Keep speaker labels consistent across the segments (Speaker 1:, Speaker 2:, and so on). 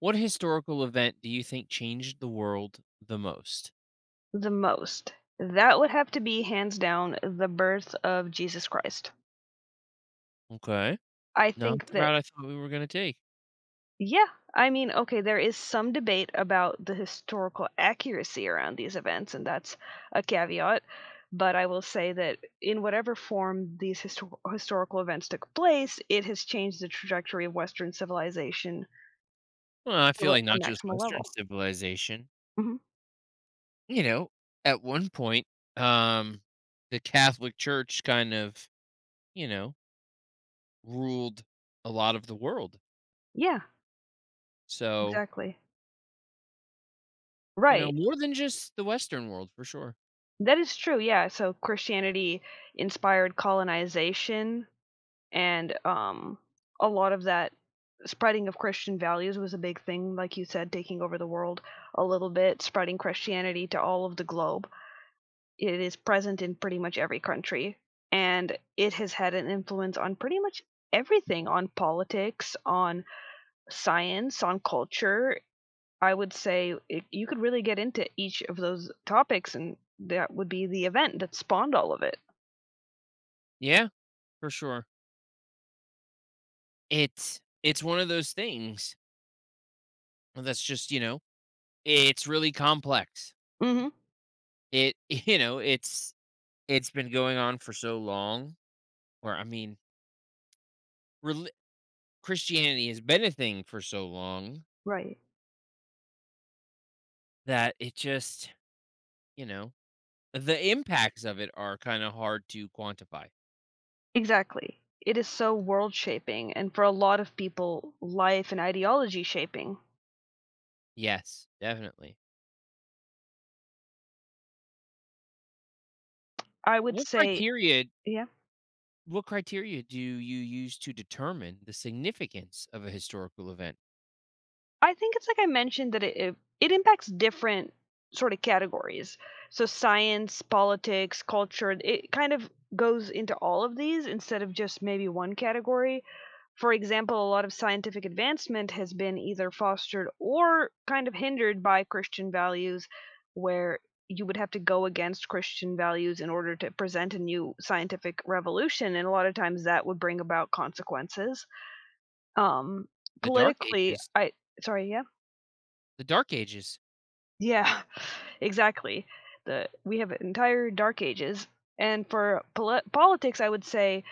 Speaker 1: What historical event do you think changed the world the most?
Speaker 2: The most? That would have to be hands down the birth of Jesus Christ.
Speaker 1: Okay.
Speaker 2: I
Speaker 1: Not
Speaker 2: think
Speaker 1: the
Speaker 2: that
Speaker 1: route I thought we were going to take.
Speaker 2: yeah, there is some debate about the historical accuracy around these events, and that's a caveat. But I will say that in whatever form these historical events took place, it has changed the trajectory of Western civilization
Speaker 1: Well, I
Speaker 2: to
Speaker 1: feel like
Speaker 2: a
Speaker 1: not just
Speaker 2: maximal
Speaker 1: Western
Speaker 2: level.
Speaker 1: civilization.
Speaker 2: Hmm
Speaker 1: You know, at one point, um, the Catholic Church kind of, you know, ruled a lot of the world.
Speaker 2: Yeah,
Speaker 1: So,
Speaker 2: exactly.
Speaker 1: you know,
Speaker 2: Right.
Speaker 1: more than just the Western world for sure.
Speaker 2: That is true. Yeah. So Christianity inspired colonization and a lot of that spreading of Christian values was a big thing, like you said, taking over the world a little bit, spreading Christianity to all of the globe. It is present in pretty much every country, and it has had an influence on pretty much everything on politics, on science, on culture. I would say it, you could really get into each of those topics, and that would be the event that spawned all of it.
Speaker 1: Yeah, for sure. It's one of those things that's just, you know, it's really complex.
Speaker 2: Hmm
Speaker 1: It you know, it's been going on for so long, or I mean, reli Christianity has been a thing for so long
Speaker 2: Right.
Speaker 1: that it just, you know, the impacts of it are kinda hard to quantify.
Speaker 2: Exactly. It is so world shaping, and for a lot of people, life and ideology shaping.
Speaker 1: Yes, definitely.
Speaker 2: I would
Speaker 1: What
Speaker 2: say
Speaker 1: criteria
Speaker 2: yeah?
Speaker 1: what criteria do you use to determine the significance of a historical event?
Speaker 2: I think it's like I mentioned, that it impacts different sort of categories. So science, politics, culture, it kind of goes into all of these instead of just maybe one category. For example, a lot of scientific advancement has been either fostered or kind of hindered by Christian values, where you would have to go against Christian values in order to present a new scientific revolution. And a lot of times that would bring about consequences. Um,
Speaker 1: The Dark
Speaker 2: politically,
Speaker 1: Ages
Speaker 2: I sorry, yeah?
Speaker 1: the Dark Ages.
Speaker 2: Yeah, exactly. The we have entire dark ages, and for politics, I would say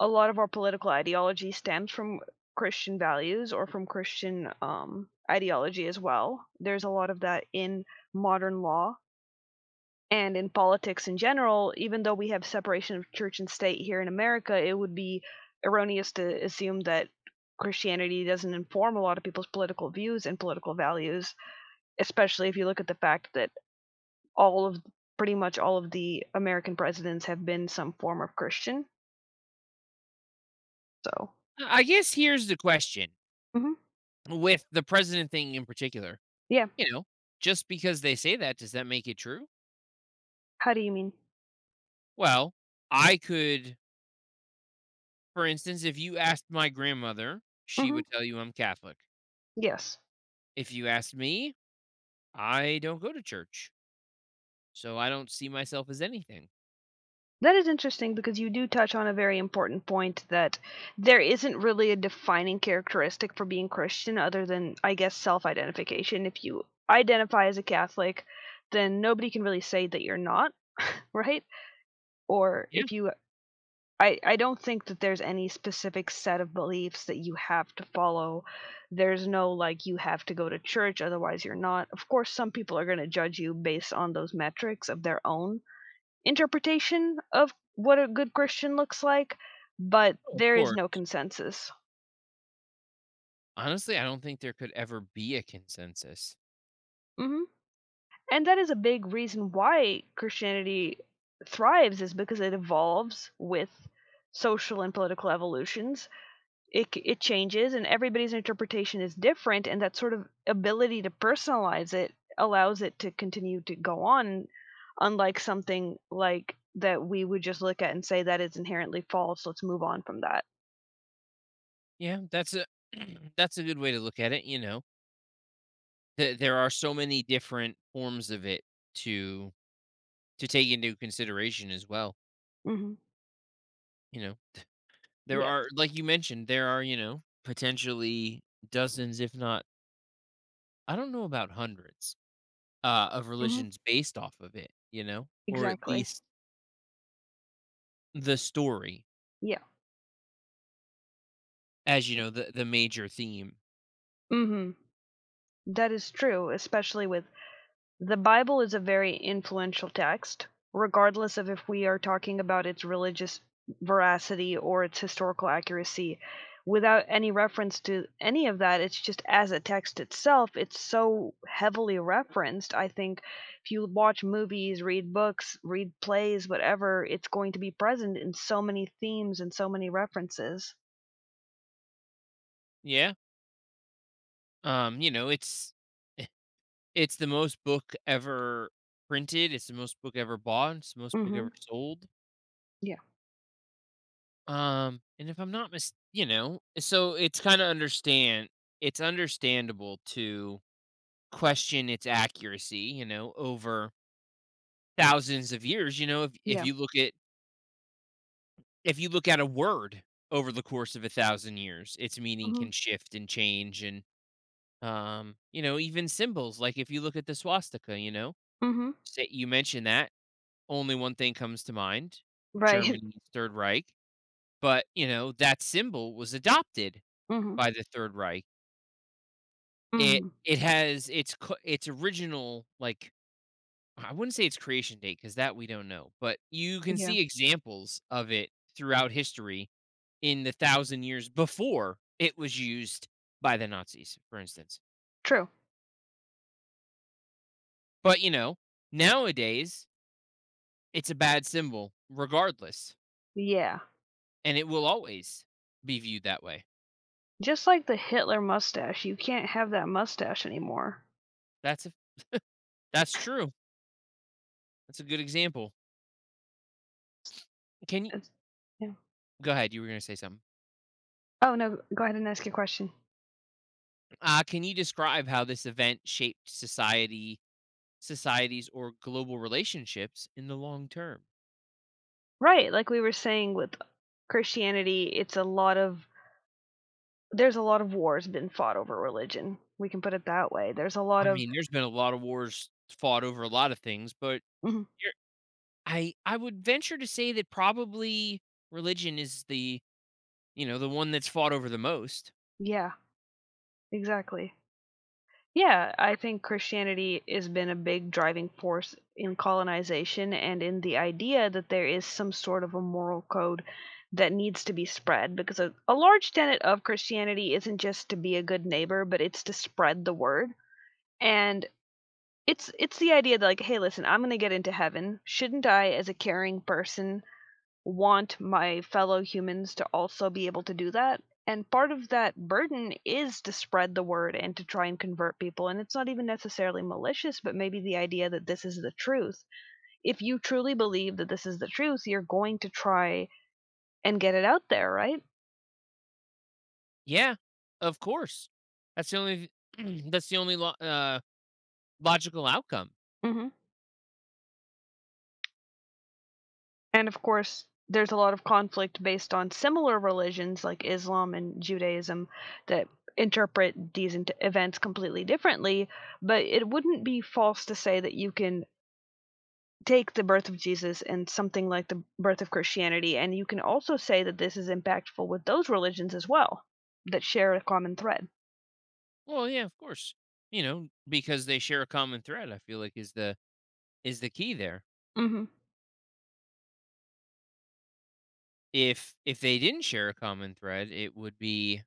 Speaker 2: a lot of our political ideology stems from Christian values or from Christian ideology as well. There's a lot of that in modern law and in politics in general. Even though we have separation of church and state here in America, it would be erroneous to assume that Christianity doesn't inform a lot of people's political views and political values, especially if you look at the fact that all of pretty much all of the American presidents have been some form of Christian. So,
Speaker 1: I guess here's the question
Speaker 2: mhm.
Speaker 1: with the president thing in particular,
Speaker 2: Yeah.
Speaker 1: you know, just because they say that, does that make it true?
Speaker 2: How do you mean?
Speaker 1: Well, I could for instance, if you asked my grandmother, she
Speaker 2: Mhm.
Speaker 1: would tell you I'm Catholic.
Speaker 2: Yes.
Speaker 1: If you asked me, I don't go to church, so I don't see myself as anything.
Speaker 2: That is interesting because you do touch on a very important point that there isn't really a defining characteristic for being Christian other than, I guess, self-identification. If you identify as a Catholic, then nobody can really say that you're not, right? Or
Speaker 1: Yeah,
Speaker 2: if you I don't think that there's any specific set of beliefs that you have to follow. There's no, like, you have to go to church, otherwise you're not. Of course, some people are gonna judge you based on those metrics of their own interpretation of what a good Christian looks like, but
Speaker 1: oh, of
Speaker 2: there is no
Speaker 1: course.
Speaker 2: consensus.
Speaker 1: Honestly, I don't think there could ever be a consensus.
Speaker 2: Mhm. And that is a big reason why Christianity thrives is because it evolves with social and political evolutions, it changes and everybody's interpretation is different and that sort of ability to personalize it allows it to continue to go on, unlike something like that we would just look at and say that is inherently false. Let's move on from that.
Speaker 1: Yeah, that's a that's a good way to look at it, you know. There are so many different forms of it to to take into consideration as well,
Speaker 2: Hmm
Speaker 1: you know. There
Speaker 2: yes.
Speaker 1: are, like you mentioned, there are, you know, potentially dozens if not, I don't know, about hundreds, of
Speaker 2: hmm
Speaker 1: religions based off of it, you know, or at
Speaker 2: exactly.
Speaker 1: least the story,
Speaker 2: Yeah.
Speaker 1: as you know, the major theme.
Speaker 2: hmm that is true, especially with the Bible is a very influential text, regardless of if we are talking about its religious veracity or its historical accuracy. Without any reference to any of that, it's just as a text itself, it's so heavily referenced. I think if you watch movies, read books, read plays, whatever, it's going to be present in so many themes and so many references.
Speaker 1: Yeah. You know, eh, it's the most book ever printed, it's the most book ever bought, it's the most book ever
Speaker 2: Mhm.
Speaker 1: sold.
Speaker 2: Yeah.
Speaker 1: And if I'm not mis you know, so it's understandable to question its accuracy, you know, over thousands of years, you know,
Speaker 2: Yeah.
Speaker 1: if you look at a word over the course of a thousand years, its meaning
Speaker 2: Mhm.
Speaker 1: can shift and change. And, you know, even symbols, like if you look at the swastika, you know,
Speaker 2: Mhm.
Speaker 1: say you mentioned that, only one thing comes to mind,
Speaker 2: Right.
Speaker 1: Germany's Third Reich. But, you know, that symbol was adopted
Speaker 2: Mhm.
Speaker 1: by the Third Reich. It
Speaker 2: Mhm.
Speaker 1: it has its original, like, I wouldn't say its creation date because that we don't know, but you can
Speaker 2: Yeah.
Speaker 1: see examples of it throughout history in the thousand years before it was used by the Nazis, for instance.
Speaker 2: True.
Speaker 1: But you know, nowadays it's a bad symbol, regardless,
Speaker 2: Yeah.
Speaker 1: and it will always be viewed that way.
Speaker 2: Just like the Hitler mustache, you can't have that mustache anymore.
Speaker 1: That's a, that's true. That's a good example. Can you
Speaker 2: It's, yeah.
Speaker 1: go ahead? You were going to say something.
Speaker 2: Oh no, go ahead and ask your question.
Speaker 1: Can you describe how this event shaped society, societies, or global relationships in the long term?
Speaker 2: Right, like we were saying with Christianity, it's a lot of there's a lot of wars been fought over religion. We can put it that way. There's a lot
Speaker 1: I
Speaker 2: of
Speaker 1: mean, there's been a lot of wars fought over a lot of things, but
Speaker 2: Mhm.
Speaker 1: I would venture to say that probably religion is the, you know, the one that's fought over the most.
Speaker 2: Yeah, exactly. Yeah, I think Christianity has been a big driving force in colonization and in the idea that there is some sort of a moral code that needs to be spread because a large tenet of Christianity isn't just to be a good neighbor, but it's to spread the word. And it's the idea that like, hey, listen, I'm going to get into heaven. Shouldn't I as a caring person want my fellow humans to also be able to do that. And part of that burden is to spread the word and to try and convert people. And it's not even necessarily malicious, but maybe the idea that this is the truth. If you truly believe that this is the truth, you're going to try and get it out there, right?
Speaker 1: Yeah, of course. That's the only that's the only logical outcome.
Speaker 2: hmm And of course, there's a lot of conflict based on similar religions like Islam and Judaism that interpret these events completely differently. But it wouldn't be false to say that you can take the birth of Jesus and something like the birth of Christianity, and you can also say that this is impactful with those religions as well that share a common thread.
Speaker 1: Well, yeah, of course. You know, because they share a common thread, I feel like, is the key there.
Speaker 2: Hmm
Speaker 1: If they didn't share a common thread, it would be,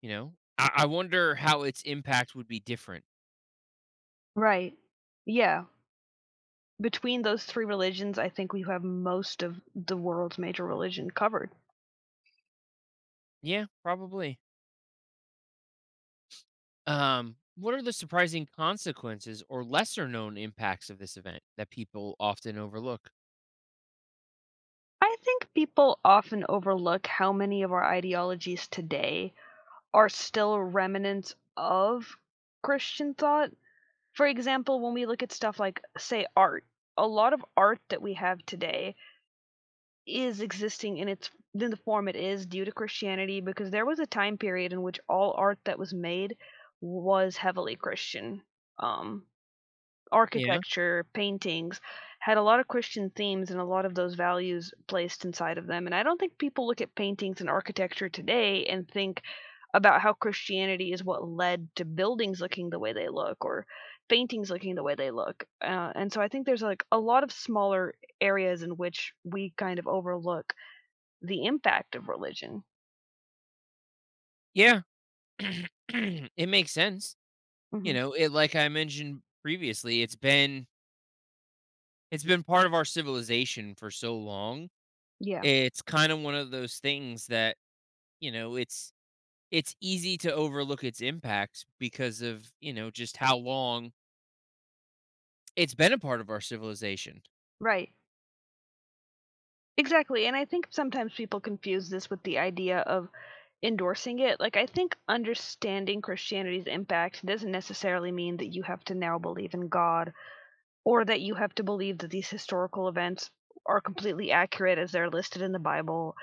Speaker 1: you know, I wonder how its impact would be different.
Speaker 2: Right. Yeah, between those three religions, I think we have most of the world's major religion covered.
Speaker 1: Yeah, probably. What are the surprising consequences or lesser known impacts of this event that people often overlook?
Speaker 2: I think people often overlook how many of our ideologies today are still remnants of Christian thought. For example, when we look at stuff like, say, art, a lot of art that we have today is existing in its in the form it is due to Christianity because there was a time period in which all art that was made was heavily Christian. Um
Speaker 1: Yeah.
Speaker 2: architecture, paintings, had a lot of Christian themes and a lot of those values placed inside of them. And I don't think people look at paintings and architecture today and think about how Christianity is what led to buildings looking the way they look or paintings looking the way they look. And so I think there's like a lot of smaller areas in which we kind of overlook the impact of religion.
Speaker 1: Yeah. It makes sense. You
Speaker 2: Hmm
Speaker 1: know, it, like I mentioned previously, it's been part of our civilization for so long.
Speaker 2: Yeah,
Speaker 1: It's kind of one of those things that, you know, it's easy to overlook its impacts because of, you know, just how long it's been a part of our civilization.
Speaker 2: right. Exactly, and I think sometimes people confuse this with the idea of endorsing it. Like, I think understanding Christianity's impact doesn't necessarily mean that you have to now believe in God or that you have to believe that these historical events are completely accurate as they're listed in the Bible.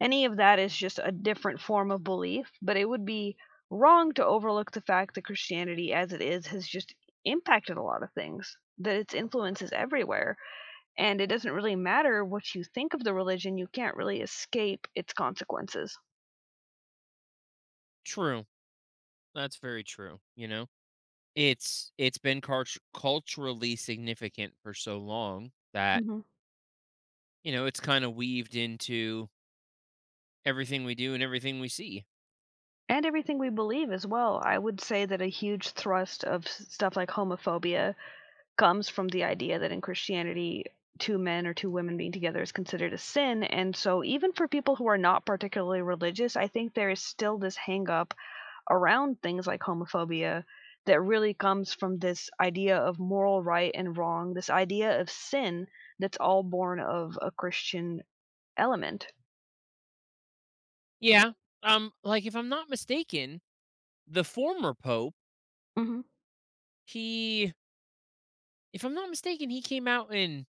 Speaker 2: Any of that is just a different form of belief, but it would be wrong to overlook the fact that Christianity as it is has just impacted a lot of things, that its influence is everywhere. And it doesn't really matter what you think of the religion, you can't really escape its consequences.
Speaker 1: True. That's very true, you know. It's been cart culturally significant for so long that,
Speaker 2: Mhm.
Speaker 1: you know, it's kinda weaved into everything we do and everything we see.
Speaker 2: And everything we believe as well. I would say that a huge thrust of stuff like homophobia comes from the idea that in Christianity, two men or two women being together is considered a sin. And so, even for people who are not particularly religious, I think there is still this hang up around things like homophobia that really comes from this idea of moral right and wrong, this idea of sin that's all born of a Christian element.
Speaker 1: Yeah, like, if I'm not mistaken, the former pope,
Speaker 2: Mhm.
Speaker 1: he, if I'm not mistaken, he came out and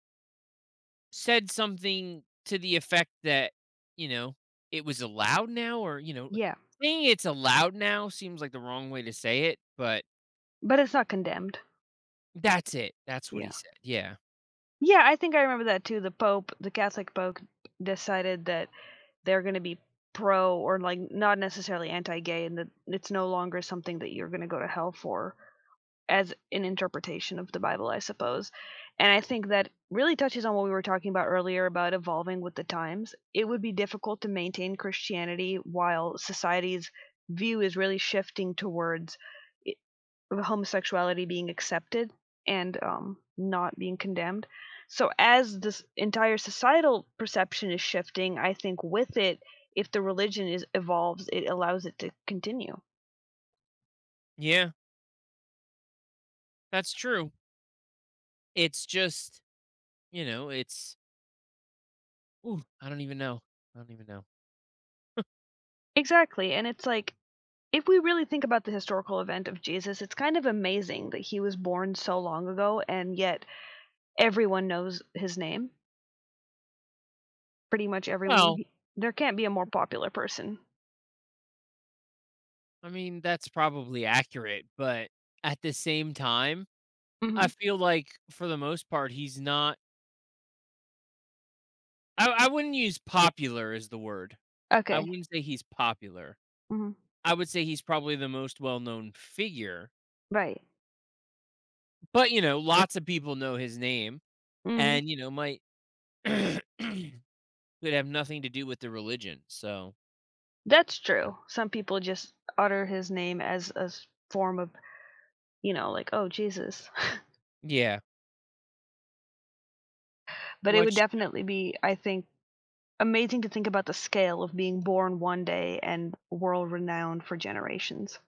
Speaker 1: said something to the effect that, you know, it was allowed now or, you know,
Speaker 2: Yeah,
Speaker 1: saying it's allowed now seems like the wrong way to say it, but
Speaker 2: but it's not condemned.
Speaker 1: that's it, that's what he
Speaker 2: Yeah.
Speaker 1: said, yeah.
Speaker 2: Yeah, I think I remember that too. The Pope, the Catholic Pope decided that they're going to be pro or like not necessarily anti-gay and that it's no longer something that you're going to go to hell for, as an interpretation of the Bible, I suppose. And I think that really touches on what we were talking about earlier about evolving with the times. It would be difficult to maintain Christianity while society's view is really shifting towards i- homosexuality being accepted and not being condemned. So, as this entire societal perception is shifting, I think with it, if the religion is evolves, it allows it to continue.
Speaker 1: Yeah, that's true. It's just, you know, it's ooh, I don't even know. I don't even know.
Speaker 2: Exactly. And it's like if we really think about the historical event of Jesus, it's kind of amazing that he was born so long ago and yet everyone knows his name. Pretty much everyone.
Speaker 1: Well,
Speaker 2: He there can't be a more popular person.
Speaker 1: I mean, that's probably accurate, but at the same time, I
Speaker 2: Mhm.
Speaker 1: feel like for the most part, he's not I wouldn't use popular as the word. I
Speaker 2: Okay.
Speaker 1: wouldn't say he's popular.
Speaker 2: Mhm.
Speaker 1: I would say he's probably the most well-known figure,
Speaker 2: Right.
Speaker 1: but, you know, lots of people know his name
Speaker 2: Mhm.
Speaker 1: and, you know, might could have nothing to do with the religion, so,
Speaker 2: That's
Speaker 1: yeah.
Speaker 2: true. Some people just utter his name as a s form of, you know, like, "Oh, Jesus."
Speaker 1: Yeah.
Speaker 2: But it would
Speaker 1: Which,
Speaker 2: definitely be, I think, amazing to think about the scale of being born one day and world renowned for generations.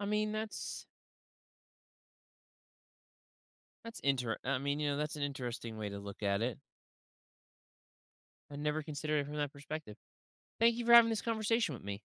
Speaker 1: I mean, That's inter I mean, you know, that's an interesting way to look at it. I never considered it from that perspective. Thank you for having this conversation with me.